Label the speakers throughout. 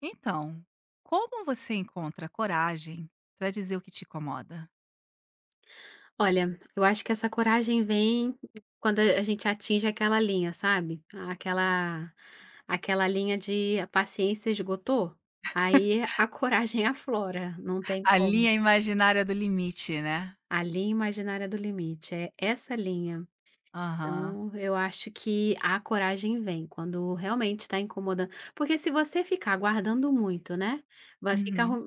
Speaker 1: Então, como você encontra coragem para dizer o que te incomoda?
Speaker 2: Olha, eu acho que essa coragem vem quando a gente atinge aquela linha, sabe? Aquela linha de a paciência esgotou, aí a coragem aflora, não tem
Speaker 1: A
Speaker 2: como.
Speaker 1: linha imaginária do limite, né.
Speaker 2: A linha imaginária do limite, é essa linha.
Speaker 1: Aham.
Speaker 2: Então, eu acho que a coragem vem quando realmente está incomodando. Porque se você ficar guardando muito, né, vai ficar
Speaker 1: Uhum.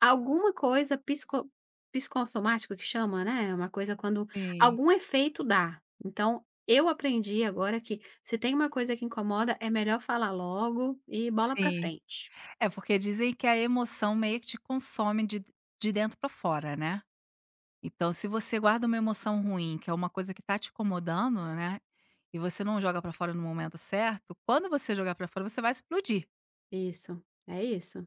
Speaker 2: alguma coisa psicossomática que chama, né, é uma coisa quando
Speaker 1: Sim,
Speaker 2: algum efeito dá. Então, eu aprendi agora que se tem uma coisa que incomoda, é melhor falar logo e bola pra
Speaker 1: sim.
Speaker 2: frente.
Speaker 1: É porque dizem que a emoção meio que te consome de dentro para fora, né. Então se você guarda uma emoção ruim, que é uma coisa que tá te incomodando, né, e você não joga para fora no momento certo, quando você jogar para fora, você vai explodir.
Speaker 2: Isso, é isso.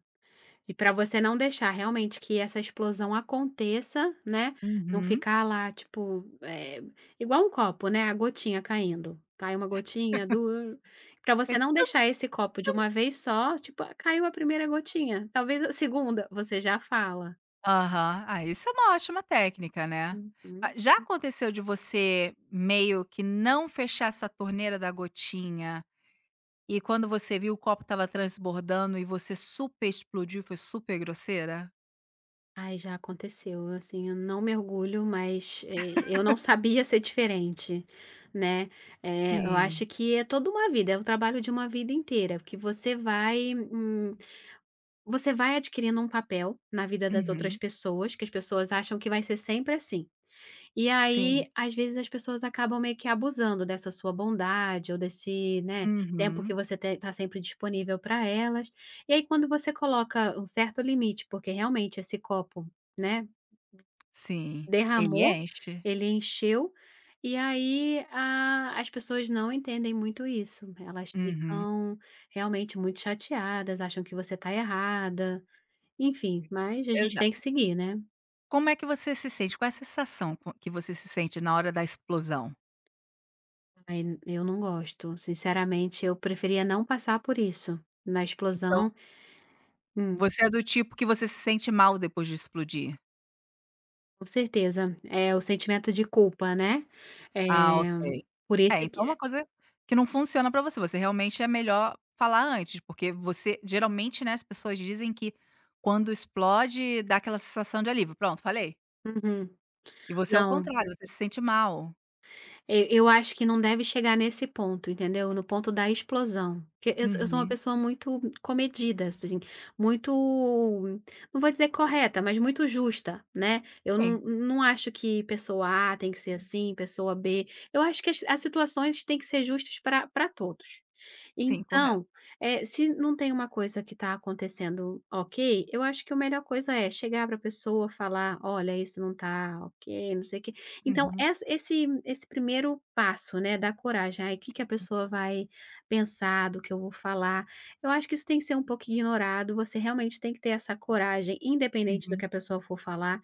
Speaker 2: E para você não deixar realmente que essa explosão aconteça, né, não
Speaker 1: Uhum.
Speaker 2: ficar lá, tipo, igual um copo, né, a gotinha caindo. Cai uma gotinha, du para você não deixar esse copo de uma vez só, tipo: "Ah, caiu a primeira gotinha, talvez a segunda", você já fala.
Speaker 1: Aham. Ah, isso é uma ótima técnica, né. Ah,
Speaker 2: Uhum.
Speaker 1: já aconteceu de você meio que não fechar essa torneira da gotinha e quando você viu o copo tava transbordando e você super explodiu foi super grosseira?
Speaker 2: Ai, já aconteceu, assim, eu não me orgulho, mas, eu não sabia ser diferente, né. Eu
Speaker 1: Sim.
Speaker 2: acho que é toda uma vida, é o trabalho de uma vida inteira, porque você vai. Você vai adquirindo um papel na vida das outras
Speaker 1: Uhum.
Speaker 2: pessoas, que as pessoas acham que vai ser sempre assim. E
Speaker 1: Sim.
Speaker 2: aí, às vezes, as pessoas acabam meio que abusando dessa sua bondade ou desse, né, tempo que
Speaker 1: Uhum.
Speaker 2: você está sempre disponível para elas. E aí, quando você coloca um certo limite, porque realmente esse copo, né,
Speaker 1: Sim. Ele
Speaker 2: derramou,
Speaker 1: enche.
Speaker 2: ele encheu, e aí a as pessoas não entendem muito isso. Elas
Speaker 1: Uhum.
Speaker 2: ficam realmente muito chateadas, acham que você está errada. Enfim, mas a gente
Speaker 1: Exa
Speaker 2: tem que seguir, né.
Speaker 1: Como é que você se sente? Qual é a sensação co que você se sente na hora da explosão?
Speaker 2: Aí eu não gosto, sinceramente eu preferia não passar por isso. Na
Speaker 1: Então,
Speaker 2: explosão hum,
Speaker 1: você é do tipo que você se sente mal depois de explodir?
Speaker 2: com certeza. É o sentimento de culpa, né.
Speaker 1: Ah,
Speaker 2: Eh,
Speaker 1: ok.
Speaker 2: por isso
Speaker 1: É,
Speaker 2: que
Speaker 1: então é uma coisa que não funciona pra você, você realmente é melhor falar antes, porque você geralmente, né, as pessoas dizem que quando explode dá aquela sensação de alívio, "Pronto, falei".
Speaker 2: uhum.
Speaker 1: E você é o
Speaker 2: Não.
Speaker 1: contrário, você se sente mal.
Speaker 2: E eu acho que não deve chegar nesse ponto, entendeu? No ponto da explosão, porque eu sou uma
Speaker 1: Uhum.
Speaker 2: pessoa muito comedida, assim, muito, não vou dizer correta, mas muito justa, né? Eu
Speaker 1: Sim,
Speaker 2: não acho que pessoa A tem que ser assim, pessoa B eu acho que as situações têm que ser justas para pra todos.
Speaker 1: sim, correto.
Speaker 2: Então, se não tem uma coisa que está acontecendo ok, eu acho que a melhor coisa é chegar para a pessoa, falar: "Olha, isso não está, ok, não sei o quê". Então
Speaker 1: Uhum,
Speaker 2: essa esse esse primeiro passo, né, da coragem, aí, o que que a pessoa vai pensar, do que eu vou falar, eu acho que isso tem que ser um pouco ignorado, você realmente tem que ter essa coragem, independente do
Speaker 1: uhum.
Speaker 2: que a pessoa for falar,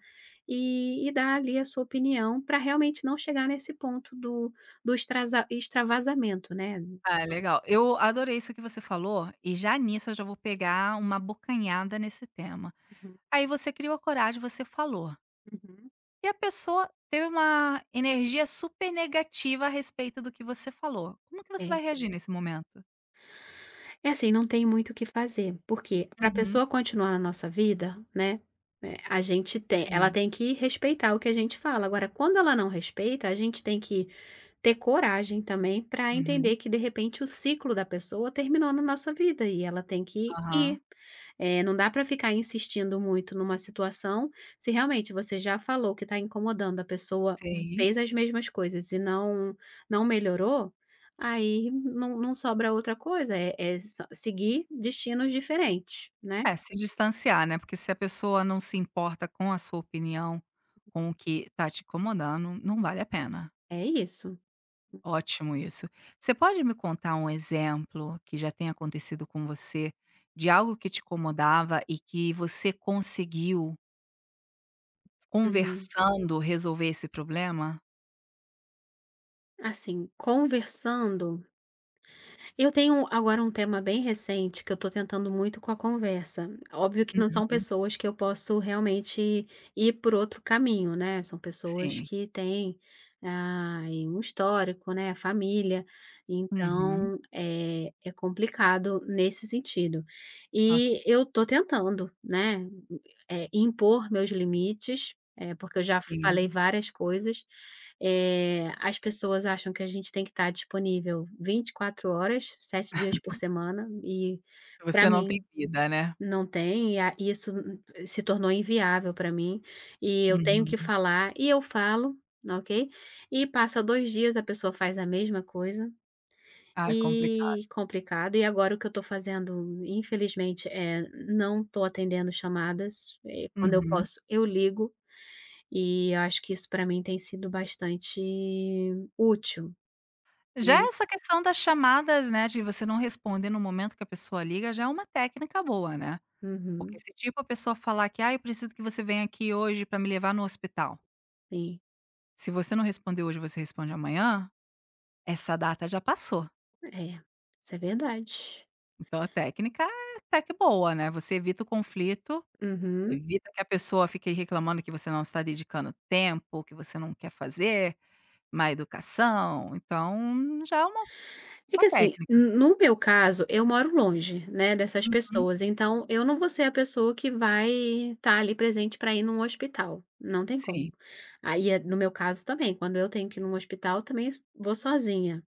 Speaker 2: e dar ali a sua opinião para realmente não chegar nesse ponto do do extrasa extravasamento, né. Uhum,
Speaker 1: Ah, legal. Eu adorei isso que você falou, e já nisso eu já vou pegar uma bocanhada nesse tema. Aí você criou a coragem, você falou.
Speaker 2: uhum.
Speaker 1: E a pessoa teve uma energia super negativa a respeito do que você falou. Como que você
Speaker 2: É.
Speaker 1: vai reagir nesse momento?
Speaker 2: É assim, não tem muito o que fazer, porque para a
Speaker 1: Uhum,
Speaker 2: pessoa continuar na nossa vida, né, a gente tem ela
Speaker 1: sim.
Speaker 2: tem que respeitar o que a gente fala. Agora, quando ela não respeita, a gente tem que ter coragem também para
Speaker 1: Uhum,
Speaker 2: entender que, de repente, o ciclo da pessoa terminou na nossa vida e ela tem que
Speaker 1: aham,
Speaker 2: ir. Não dá para ficar insistindo muito numa situação, se realmente você já falou que está incomodando, a pessoa
Speaker 1: sim.
Speaker 2: fez as mesmas coisas e não melhorou. Aí não sobra outra coisa, é é s seguir destinos diferentes, né,
Speaker 1: É, se distanciar, né, porque se a pessoa não se importa com a sua opinião, com o que tá te incomodando, não vale a pena.
Speaker 2: é isso.
Speaker 1: Ótimo isso. Você pode me contar um exemplo que já tenha acontecido com você, de algo que te incomodava e que você conseguiu,
Speaker 2: Uhum.
Speaker 1: conversando, resolver esse problema?
Speaker 2: Assim, conversando. Eu tenho agora um tema bem recente que eu tô tentando muito com a conversa. Óbvio que não são
Speaker 1: Uhum.
Speaker 2: pessoas que eu posso realmente ir por outro caminho, né? São pessoas
Speaker 1: Sim.
Speaker 2: que têm aí um histórico, né? Família.
Speaker 1: Uhum.
Speaker 2: Então é complicado nesse sentido.
Speaker 1: Ok.
Speaker 2: E eu tô tentando, né? Impor meus limites, porque eu já falei
Speaker 1: Sim.
Speaker 2: várias coisas. As pessoas acham que a gente tem que estar disponível 24 horas, 7 dias por semana, e
Speaker 1: Você
Speaker 2: para
Speaker 1: não tem
Speaker 2: mim
Speaker 1: vida, né.
Speaker 2: não tem, e a isso se tornou inviável para mim, e eu tenho que
Speaker 1: Uhum.
Speaker 2: falar, e eu falo, ok, e passa 2 dias, a pessoa faz a mesma coisa,
Speaker 1: Ah, é complicado.
Speaker 2: e complicado. E agora o que eu estou fazendo, infelizmente, é não estou atendendo chamadas, quando eu
Speaker 1: Uhum.
Speaker 2: posso eu ligo e eu acho que isso para mim tem sido bastante útil.
Speaker 1: Já
Speaker 2: Hum,
Speaker 1: essa questão das chamadas, né, de você não responder no momento que a pessoa liga, já é uma técnica boa, né.
Speaker 2: uhum,
Speaker 1: Porque se, tipo, a pessoa falar que: "Ah, eu preciso que você venha aqui hoje para me levar no hospital".
Speaker 2: sim.
Speaker 1: Se você não responder hoje, você responde amanhã, essa data já passou.
Speaker 2: É, isso é verdade.
Speaker 1: Então a técnica é até que boa, né, você evita o conflito,
Speaker 2: Uhum.
Speaker 1: evita que a pessoa fique reclamando que você não está dedicando tempo, que você não quer fazer. Má educação, então já é uma
Speaker 2: É
Speaker 1: uma
Speaker 2: que assim,
Speaker 1: técnica.
Speaker 2: no meu caso, eu moro longe, né, dessas
Speaker 1: Uhum.
Speaker 2: pessoas, então eu não vou ser a pessoa que vai estar ali presente para ir num hospital, não tem
Speaker 1: Sim,
Speaker 2: como. Aí, no meu caso também, quando eu tenho que ir num hospital, também vou sozinha.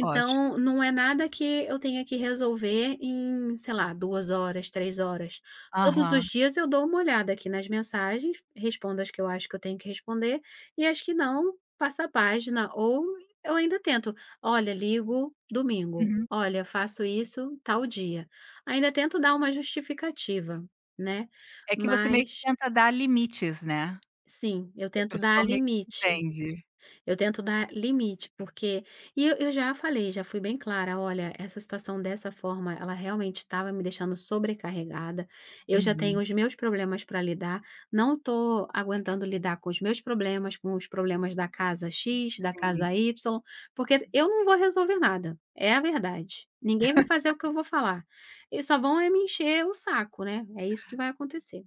Speaker 1: ótimo.
Speaker 2: não é nada que eu tenha que resolver em, sei lá, 2 horas, 3 horas. Todos os
Speaker 1: Aham.
Speaker 2: dias eu dou uma olhada aqui nas mensagens, respondo as que eu acho que eu tenho que responder, e as que não, passa a página, ou eu ainda tento: "Olha, ligo domingo.
Speaker 1: Uhum.
Speaker 2: Olha, faço isso tal dia". Ainda tento dar uma justificativa, né.
Speaker 1: É que você meio que
Speaker 2: Mas
Speaker 1: tenta dar limites, né,
Speaker 2: sim, eu
Speaker 1: e a
Speaker 2: tento dar
Speaker 1: pessoa meio que
Speaker 2: limite.
Speaker 1: entende.
Speaker 2: Eu tento dar limite, porque eu já falei, já fui bem clara: "Olha, essa situação dessa forma, ela realmente estava me deixando sobrecarregada. Eu já
Speaker 1: Uhum,
Speaker 2: tenho os meus problemas para lidar, não estou aguentando lidar com os meus problemas, com os problemas da casa X, da
Speaker 1: sim.
Speaker 2: casa Y, porque eu não vou resolver nada, é a verdade. Ninguém vai fazer o que eu vou falar. Eles só vão é me encher o saco, né, é isso que vai acontecer".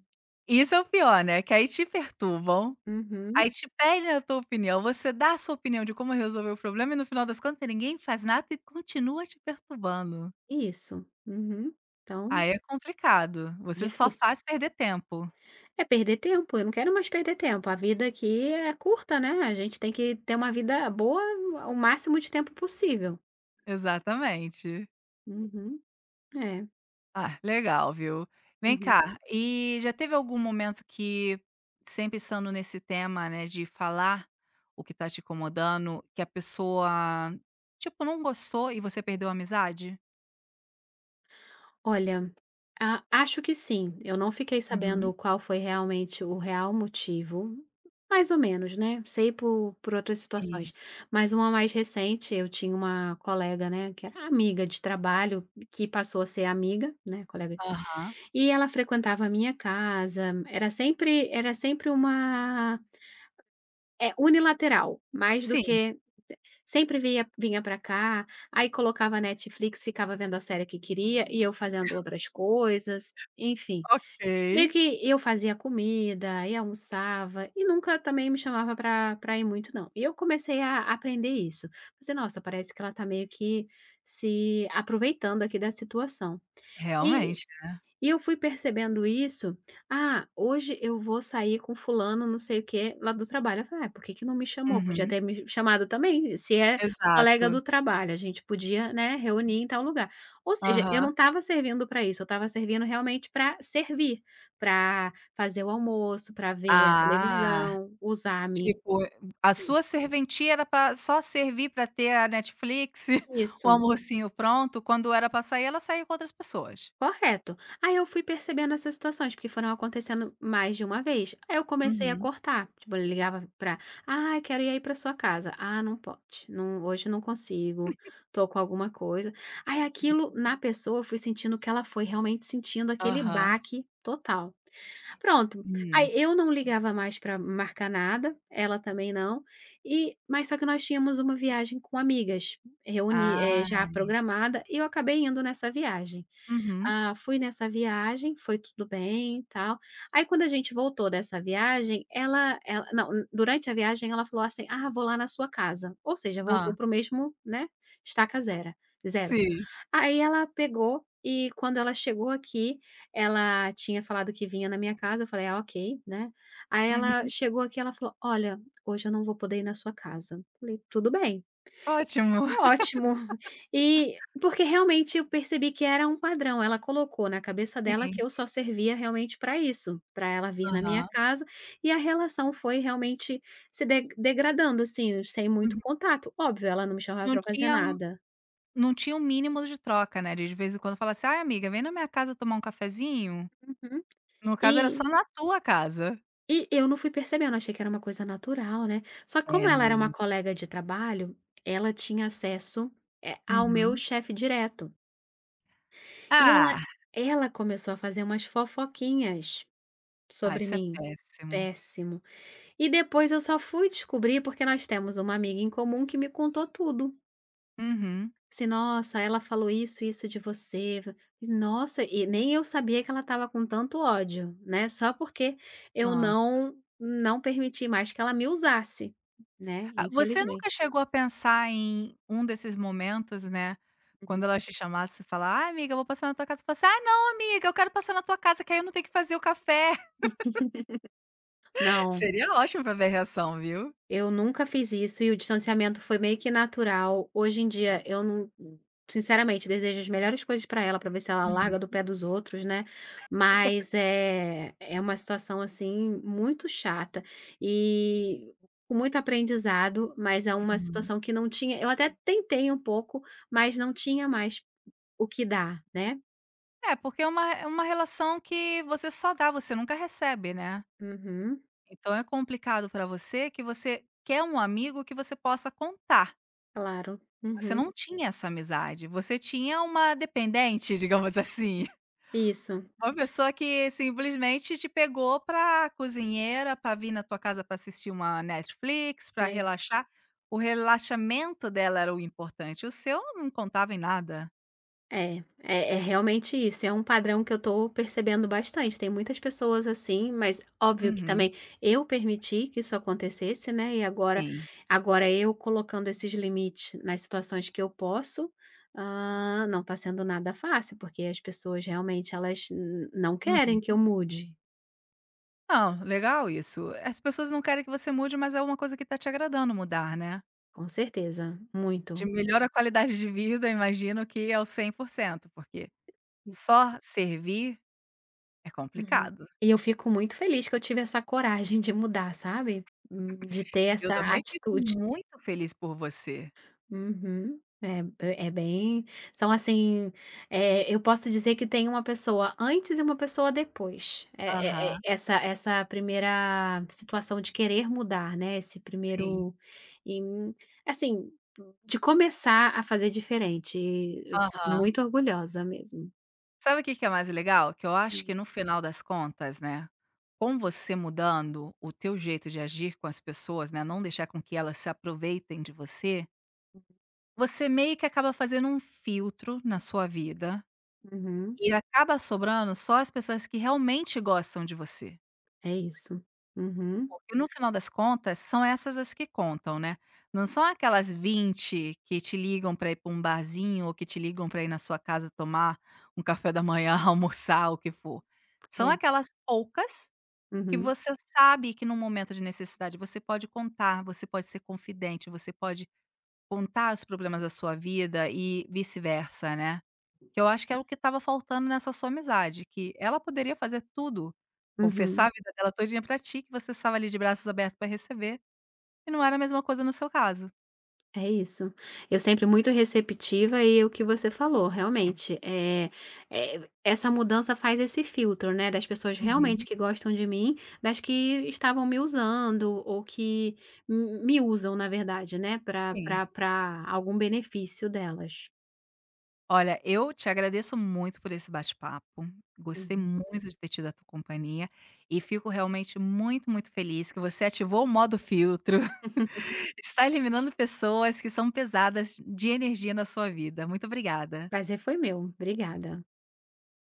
Speaker 1: Isso é o pior, né, que aí te perturbam,
Speaker 2: Uhum.
Speaker 1: aí te pedem a tua opinião, você dá a sua opinião de como resolver o problema e no final das contas ninguém faz nada e continua te perturbando.
Speaker 2: Isso. Uhum. Então,
Speaker 1: Aí é complicado, você só
Speaker 2: difícil.
Speaker 1: faz perder tempo.
Speaker 2: É perder tempo, eu não quero mais perder tempo. A vida aqui é curta, né, a gente tem que ter uma vida boa o máximo de tempo possível.
Speaker 1: Exatamente.
Speaker 2: Uhum. É.
Speaker 1: Ah, legal, viu. Vem
Speaker 2: Uhum.
Speaker 1: cá, e já teve algum momento que, sempre estando nesse tema, né, de falar o que tá te incomodando, que a pessoa, tipo, não gostou e você perdeu a amizade?
Speaker 2: Olha, a acho que sim, eu não fiquei
Speaker 1: Uhum.
Speaker 2: sabendo qual foi realmente o real motivo, mais ou menos, né, sei por outras
Speaker 1: Sim.
Speaker 2: situações, mas uma mais recente, eu tinha uma colega, né, que era amiga de trabalho, que passou a ser amiga, né, colega.
Speaker 1: Aham.
Speaker 2: E ela frequentava a minha casa, era sempre uma unilateral, mais do
Speaker 1: Sim,
Speaker 2: que sempre via vinha para cá, aí colocava Netflix, ficava vendo a série que queria e eu fazendo outras coisas, enfim.
Speaker 1: ok.
Speaker 2: Meio que eu fazia comida e almoçava e nunca também me chamava para ir muito não. E eu comecei a aprender isso. Pensei: "Nossa, parece que ela tá meio que se aproveitando aqui da situação". E
Speaker 1: Realmente.
Speaker 2: e eu fui percebendo isso, "Ah, hoje eu vou sair com fulano não sei o quê, lá do trabalho", eu falei: "Ah, por que que não me chamou? Podia
Speaker 1: Uhum.
Speaker 2: ter me chamado também, se é colega
Speaker 1: Exato.
Speaker 2: do trabalho, a gente podia, né, reunir em tal lugar". Ou seja, eu
Speaker 1: Aham.
Speaker 2: não estava servindo para isso, eu estava servindo realmente para servir, para fazer o almoço, para ver a
Speaker 1: Ah.
Speaker 2: televisão, usar a minha.
Speaker 1: Tipo, a sua serventia era pra só servir pra ter a Netflix, o
Speaker 2: Isso.
Speaker 1: almocinho pronto, quando era pra sair, ela saía com outras pessoas.
Speaker 2: Correto. Aí eu fui percebendo essas situações, porque foram acontecendo mais de uma vez. Aí eu comecei a
Speaker 1: Uhum.
Speaker 2: cortar. Tipo, eu ligava pra, ah, quero ir aí pra sua casa. Ah, não pode. Não, hoje não consigo. Tô com alguma coisa. Aí aquilo na pessoa, eu fui sentindo que ela foi realmente sentindo aquele
Speaker 1: Aham.
Speaker 2: baque total. Pronto,
Speaker 1: Hum.
Speaker 2: aí eu não ligava mais para marcar nada, ela também não, e mas só que nós tínhamos uma viagem com amigas,
Speaker 1: Ah.
Speaker 2: já programada, e eu acabei indo nessa viagem.
Speaker 1: Uhum.
Speaker 2: Ah, fui nessa viagem, foi tudo bem, tal. Aí quando a gente voltou dessa viagem, ela não, durante a viagem ela falou assim: "Ah, vou lá na sua casa", ou seja, voltou
Speaker 1: Hã.
Speaker 2: para o mesmo, né, estaca zera zero.
Speaker 1: Sim.
Speaker 2: Aí ela pegou e quando ela chegou aqui, ela tinha falado que vinha na minha casa, eu falei: "Ah, ok", né. Aí ela
Speaker 1: Uhum.
Speaker 2: chegou aqui, ela falou: "Olha, hoje eu não vou poder ir na sua casa". Falei: "Tudo bem,
Speaker 1: Ótimo.
Speaker 2: é ótimo". E porque realmente eu percebi que era um padrão, ela colocou na cabeça dela
Speaker 1: Sim.
Speaker 2: que eu só servia realmente para isso, para ela vir na minha
Speaker 1: Aham.
Speaker 2: casa, e a relação foi realmente se de degradando, assim, sem muito
Speaker 1: Uhum.
Speaker 2: contato. Óbvio, ela não me chamava
Speaker 1: Não
Speaker 2: para fazer
Speaker 1: tinha um
Speaker 2: nada.
Speaker 1: não tinha um mínimo de troca, né, de vez em quando falar assim: "Ai amiga, vem na minha casa tomar um cafezinho?".
Speaker 2: Uhum.
Speaker 1: No caso era só
Speaker 2: E
Speaker 1: na tua casa.
Speaker 2: E eu não fui percebendo, achei que era uma coisa natural, né. Só que como
Speaker 1: É,
Speaker 2: ela era uma
Speaker 1: não.
Speaker 2: colega de trabalho, ela tinha acesso, ao meu
Speaker 1: Uhum.
Speaker 2: chefe direto. E ela
Speaker 1: Ah,
Speaker 2: ela começou a fazer umas fofoquinhas
Speaker 1: ah,
Speaker 2: sobre
Speaker 1: isso é
Speaker 2: mim.
Speaker 1: péssimo.
Speaker 2: Péssimo. E depois eu só fui descobrir porque nós temos uma amiga em comum que me contou tudo.
Speaker 1: Uhum.
Speaker 2: Se "Nossa, ela falou isso, isso de você". Nossa, e nem eu sabia que ela estava com tanto ódio, né, só porque eu
Speaker 1: Nossa.
Speaker 2: não permiti mais que ela me usasse, né,
Speaker 1: Ah, você nunca
Speaker 2: infelizmente.
Speaker 1: chegou a pensar em um desses momentos, né,
Speaker 2: Uhum.
Speaker 1: quando ela te chamasse e falar: ah, amiga, eu vou passar na tua casa", e você: falasse, "Ah não amiga, eu quero passar na tua casa que aí eu não tenho que fazer o café".
Speaker 2: Não.
Speaker 1: Seria ótimo pra ver a reação, viu.
Speaker 2: Eu nunca fiz isso e o distanciamento foi meio que natural. Hoje em dia, eu não sinceramente, desejo as melhores coisas para ela, para ver se ela larga do
Speaker 1: Uhum,
Speaker 2: pé dos outros, né, mas é uma situação, assim, muito chata e com muito aprendizado, mas é uma
Speaker 1: uhum.
Speaker 2: situação que não tinha eu até tentei um pouco, mas não tinha mais o que dar, né.
Speaker 1: É, porque é uma relação que você só dá, você nunca recebe, né.
Speaker 2: Uhum,
Speaker 1: Então é complicado pra você que você quer um amigo que você possa contar,
Speaker 2: claro.
Speaker 1: você
Speaker 2: Uhum.
Speaker 1: não tinha essa amizade, você tinha uma dependente, digamos assim.
Speaker 2: Isso,
Speaker 1: Uma pessoa que simplesmente te pegou pra cozinheira, pra vir na tua casa pra assistir uma Netflix, pra
Speaker 2: é.
Speaker 1: relaxar. O relaxamento dela era o importante, o seu não contava em nada.
Speaker 2: É, é realmente isso, é um padrão que eu tô percebendo bastante, tem muitas pessoas assim, mas óbvio que
Speaker 1: Uhum,
Speaker 2: também eu permiti que isso acontecesse, né, e agora
Speaker 1: sim.
Speaker 2: agora eu colocando esses limites nas situações que eu posso, Ah, não tá sendo nada fácil, porque as pessoas realmente elas n não
Speaker 1: Uhum.
Speaker 2: querem que eu mude,
Speaker 1: Não, legal isso. As pessoas não querem que você mude, mas é uma coisa que tá te agradando mudar, né.
Speaker 2: com certeza,
Speaker 1: Te
Speaker 2: muito.
Speaker 1: melhora a qualidade de vida, imagino que ao 100%, porque só servir é
Speaker 2: Uhum.
Speaker 1: complicado.
Speaker 2: E eu fico muito feliz que eu tive essa coragem de mudar, sabe, de ter
Speaker 1: Eu
Speaker 2: essa
Speaker 1: também fico
Speaker 2: atitude.
Speaker 1: muito feliz por você.
Speaker 2: Uhum. É é bem são assim, eu posso dizer que tem uma pessoa antes e uma pessoa depois. É é
Speaker 1: Aham,
Speaker 2: é essa essa primeira situação de querer mudar, né, esse
Speaker 1: sim.
Speaker 2: primeiro em assim, de começar a fazer diferente. Eu fico
Speaker 1: Aham.
Speaker 2: muito orgulhosa mesmo.
Speaker 1: Sabe o que que é mais legal? Que eu acho que no final das contas, né, com você mudando o teu jeito de agir com as pessoas, né, não deixar com que elas se aproveitem de você, você meio que acaba fazendo um filtro na sua vida
Speaker 2: Uhum.
Speaker 1: e acaba sobrando só as pessoas que realmente gostam de você.
Speaker 2: É isso. Uhum.
Speaker 1: Porque no final das contas, são essas as que contam, né. Não são aquelas 20 que te ligam para ir para um barzinho ou que te ligam para ir na sua casa tomar um café da manhã, almoçar, o que for. São
Speaker 2: É.
Speaker 1: aquelas poucas que
Speaker 2: Uhum.
Speaker 1: você sabe que num momento de necessidade você pode contar, você pode ser confidente, você pode contar os problemas da sua vida e vice-versa, né. Que eu acho que era o que estava faltando nessa sua amizade, que ela poderia fazer tudo, confessar a
Speaker 2: Uhum.
Speaker 1: vida dela todinha pra ti, que você estava ali de braços abertos pra receber, e não era a mesma coisa no seu caso.
Speaker 2: É isso. Eu sempre muito receptiva e o que você falou, realmente, é essa mudança faz esse filtro, né, das pessoas realmente
Speaker 1: Uhum,
Speaker 2: que gostam de mim, das que estavam me usando ou que m me usam, na verdade, né, Para
Speaker 1: sim.
Speaker 2: para pra algum benefício delas.
Speaker 1: Olha, eu te agradeço muito por esse bate-papo, gostei
Speaker 2: Uhum.
Speaker 1: muito de ter tido a tua companhia, e fico realmente muito, muito feliz que você ativou o modo filtro, está eliminando pessoas que são pesadas de energia na sua vida. Muito obrigada.
Speaker 2: Prazer foi meu. Obrigada.